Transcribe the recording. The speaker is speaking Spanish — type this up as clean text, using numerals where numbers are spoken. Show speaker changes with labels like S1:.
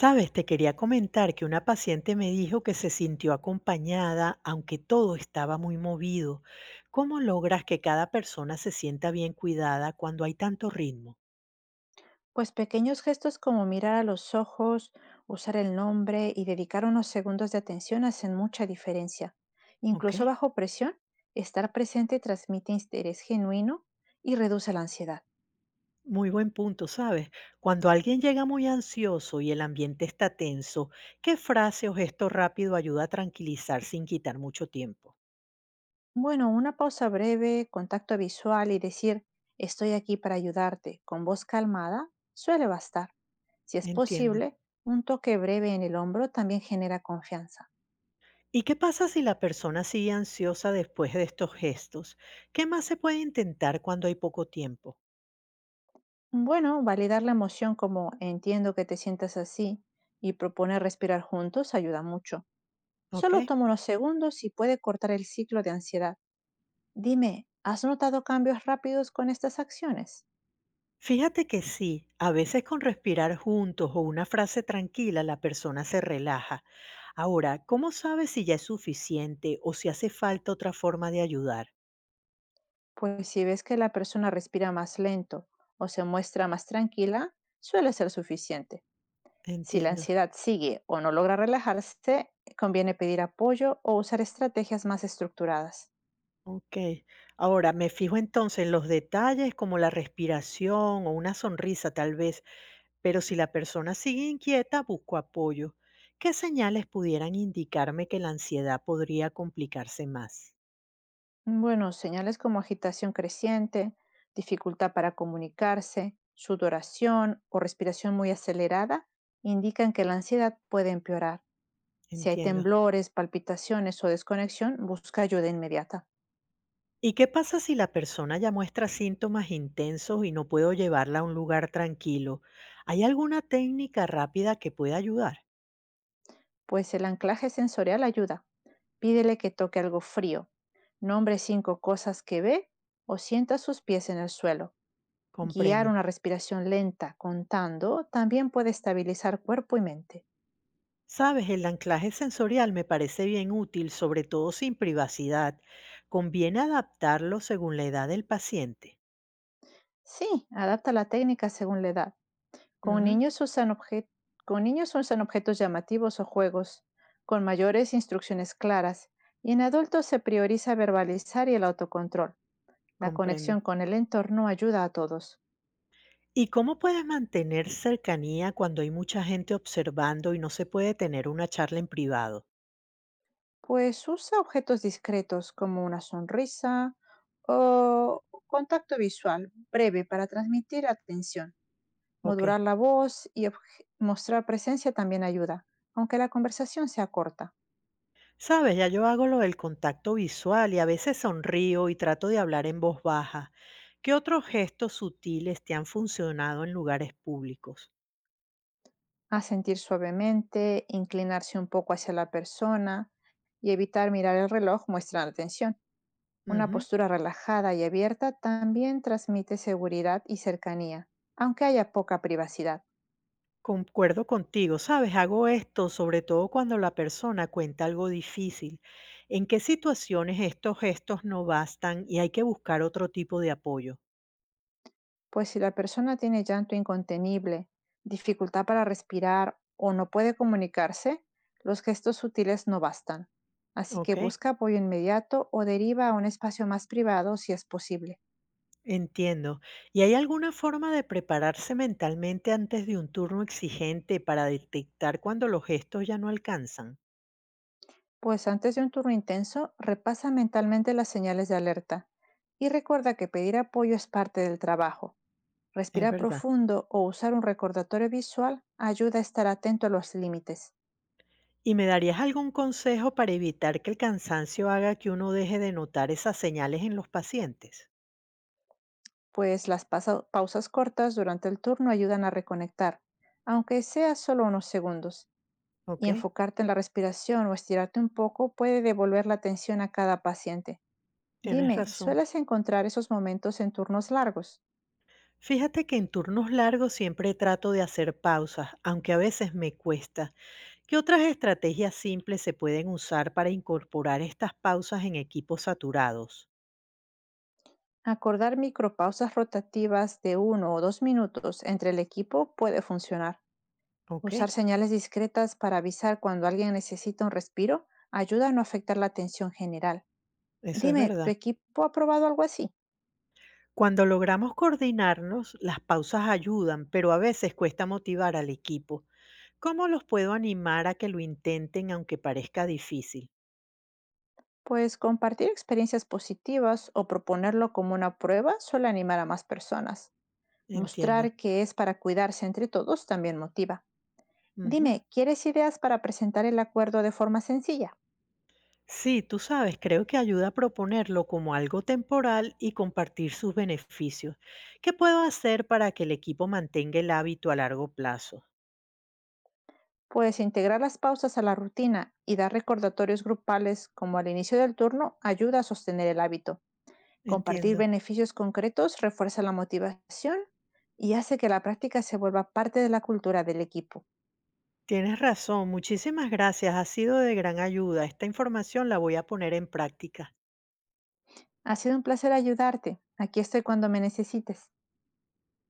S1: Sabes, te quería comentar que una paciente me dijo que se sintió acompañada, aunque todo estaba muy movido. ¿Cómo logras que cada persona se sienta bien cuidada cuando hay tanto ritmo?
S2: Pues pequeños gestos como mirar a los ojos, usar el nombre y dedicar unos segundos de atención hacen mucha diferencia.
S1: Ok,
S2: Incluso bajo presión, estar presente transmite interés genuino y reduce la ansiedad.
S1: muy buen punto, ¿sabes? Cuando alguien llega muy ansioso y el ambiente está tenso, ¿qué frase o gesto rápido ayuda a tranquilizar sin quitar mucho tiempo?
S2: Bueno, una pausa breve, contacto visual y decir estoy aquí para ayudarte con voz calmada suele bastar. Si es
S1: Entiendo.
S2: posible, un toque breve en el hombro también genera confianza.
S1: ¿Y qué pasa si la persona sigue ansiosa después de estos gestos? ¿Qué más se puede intentar cuando hay poco tiempo?
S2: Bueno, validar la emoción como entiendo que te sientas así y proponer respirar juntos ayuda mucho.
S1: ¿Ok?
S2: Solo toma unos segundos y puede cortar el ciclo de ansiedad. Dime, ¿has notado cambios rápidos con estas acciones?
S1: Fíjate que sí, a veces con respirar juntos o una frase tranquila la persona se relaja. Ahora, ¿cómo sabes si ya es suficiente o si hace falta otra forma de ayudar?
S2: Pues si ves que la persona respira más lento o se muestra más tranquila, suele ser suficiente. Si la
S1: Entiendo.
S2: ansiedad sigue o no logra relajarse, conviene pedir apoyo o usar estrategias más estructuradas.
S1: Ok. Ahora, me fijo entonces en los detalles como la respiración o una sonrisa tal vez, pero si la persona sigue inquieta, busco apoyo. ¿Qué señales pudieran indicarme que la ansiedad podría complicarse más?
S2: Bueno, señales como agitación creciente, dificultad para comunicarse, sudoración o respiración muy acelerada indican que la ansiedad puede empeorar. Si hay
S1: Entiendo.
S2: temblores, palpitaciones o desconexión, busca ayuda inmediata,
S1: ¿Y qué pasa si la persona ya muestra síntomas intensos y no puedo llevarla a un lugar tranquilo? ¿Hay alguna técnica rápida que pueda ayudar?
S2: pues el anclaje sensorial ayuda. Pídele que toque algo frío, nombre cinco cosas que ve o sienta sus pies en el suelo. Guiar
S1: Comprendo.
S2: una respiración lenta contando también puede estabilizar cuerpo y mente.
S1: Sabes, el anclaje sensorial me parece bien útil, sobre todo sin privacidad. Conviene adaptarlo según la edad del paciente.
S2: Sí, adapta la técnica según la edad. Con
S1: Ujú,
S2: niños usan obje- con niños usan objetos llamativos o juegos, con mayores instrucciones claras, y en adultos se prioriza verbalizar y el autocontrol. La
S1: comprendo.
S2: conexión con el entorno ayuda a todos,
S1: ¿Y cómo puedes mantener cercanía cuando hay mucha gente observando y no se puede tener una charla en privado?
S2: pues usa objetos discretos como una sonrisa o contacto visual breve para transmitir atención.
S1: Ok.
S2: Modular la voz y mostrar presencia también ayuda, aunque la conversación sea corta.
S1: Sabes, ya yo hago lo del contacto visual y a veces sonrío y trato de hablar en voz baja. ¿Qué otros gestos sutiles te han funcionado en lugares públicos?
S2: A sentir suavemente, inclinarse un poco hacia la persona y evitar mirar el reloj muestra atención. Una
S1: Ujú.
S2: postura relajada y abierta también transmite seguridad y cercanía, aunque haya poca privacidad,
S1: Concuerdo contigo, sabes, hago esto sobre todo cuando la persona cuenta algo difícil. ¿En qué situaciones estos gestos no bastan y hay que buscar otro tipo de apoyo?
S2: pues si la persona tiene llanto incontenible, dificultad para respirar o no puede comunicarse, los gestos sutiles no bastan. Así que
S1: Ok,
S2: busca apoyo inmediato o deriva a un espacio más privado si es posible.
S1: entiendo. ¿Y hay alguna forma de prepararse mentalmente antes de un turno exigente para detectar cuando los gestos ya no alcanzan?
S2: Pues antes de un turno intenso, repasa mentalmente las señales de alerta y recuerda que pedir apoyo es parte del trabajo.
S1: Es
S2: Respirar
S1: verdad.
S2: profundo o usar un recordatorio visual ayuda a estar atento a los límites,
S1: ¿Y me darías algún consejo para evitar que el cansancio haga que uno deje de notar esas señales en los pacientes?
S2: pues las pausas cortas durante el turno ayudan a reconectar, aunque sea solo unos segundos,
S1: Ok,
S2: y enfocarte en la respiración o estirarte un poco puede devolver la atención a cada paciente.
S1: tienes
S2: Dime,
S1: razón.
S2: ¿sueles encontrar esos momentos en turnos largos?
S1: Fíjate que en turnos largos siempre trato de hacer pausas, aunque a veces me cuesta. ¿Qué otras estrategias simples se pueden usar para incorporar estas pausas en equipos saturados?
S2: Acordar micropausas rotativas de 1 o 2 minutos entre el equipo puede funcionar.
S1: Ok,
S2: Usar señales discretas para avisar cuando alguien necesita un respiro ayuda a no afectar la atención general.
S1: eso es
S2: Dime, ¿tu
S1: verdad.
S2: equipo ha probado algo así?
S1: Cuando logramos coordinarnos, las pausas ayudan, pero a veces cuesta motivar al equipo. ¿Cómo los puedo animar a que lo intenten aunque parezca difícil?
S2: Pues compartir experiencias positivas o proponerlo como una prueba suele animar a más personas.
S1: Entiendo.
S2: Mostrar que es para cuidarse entre todos también motiva.
S1: Ujú.
S2: Dime, ¿quieres ideas para presentar el acuerdo de forma sencilla?
S1: Sí, tú sabes, creo que ayuda a proponerlo como algo temporal y compartir sus beneficios. ¿Qué puedo hacer para que el equipo mantenga el hábito a largo plazo?
S2: Pues integrar las pausas a la rutina y dar recordatorios grupales como al inicio del turno ayuda a sostener el hábito. Compartir
S1: Entiendo.
S2: beneficios concretos refuerza la motivación y hace que la práctica se vuelva parte de la cultura del equipo.
S1: Tienes razón, muchísimas gracias, ha sido de gran ayuda. Esta información la voy a poner en práctica.
S2: Ha sido un placer ayudarte. Aquí estoy cuando me necesites.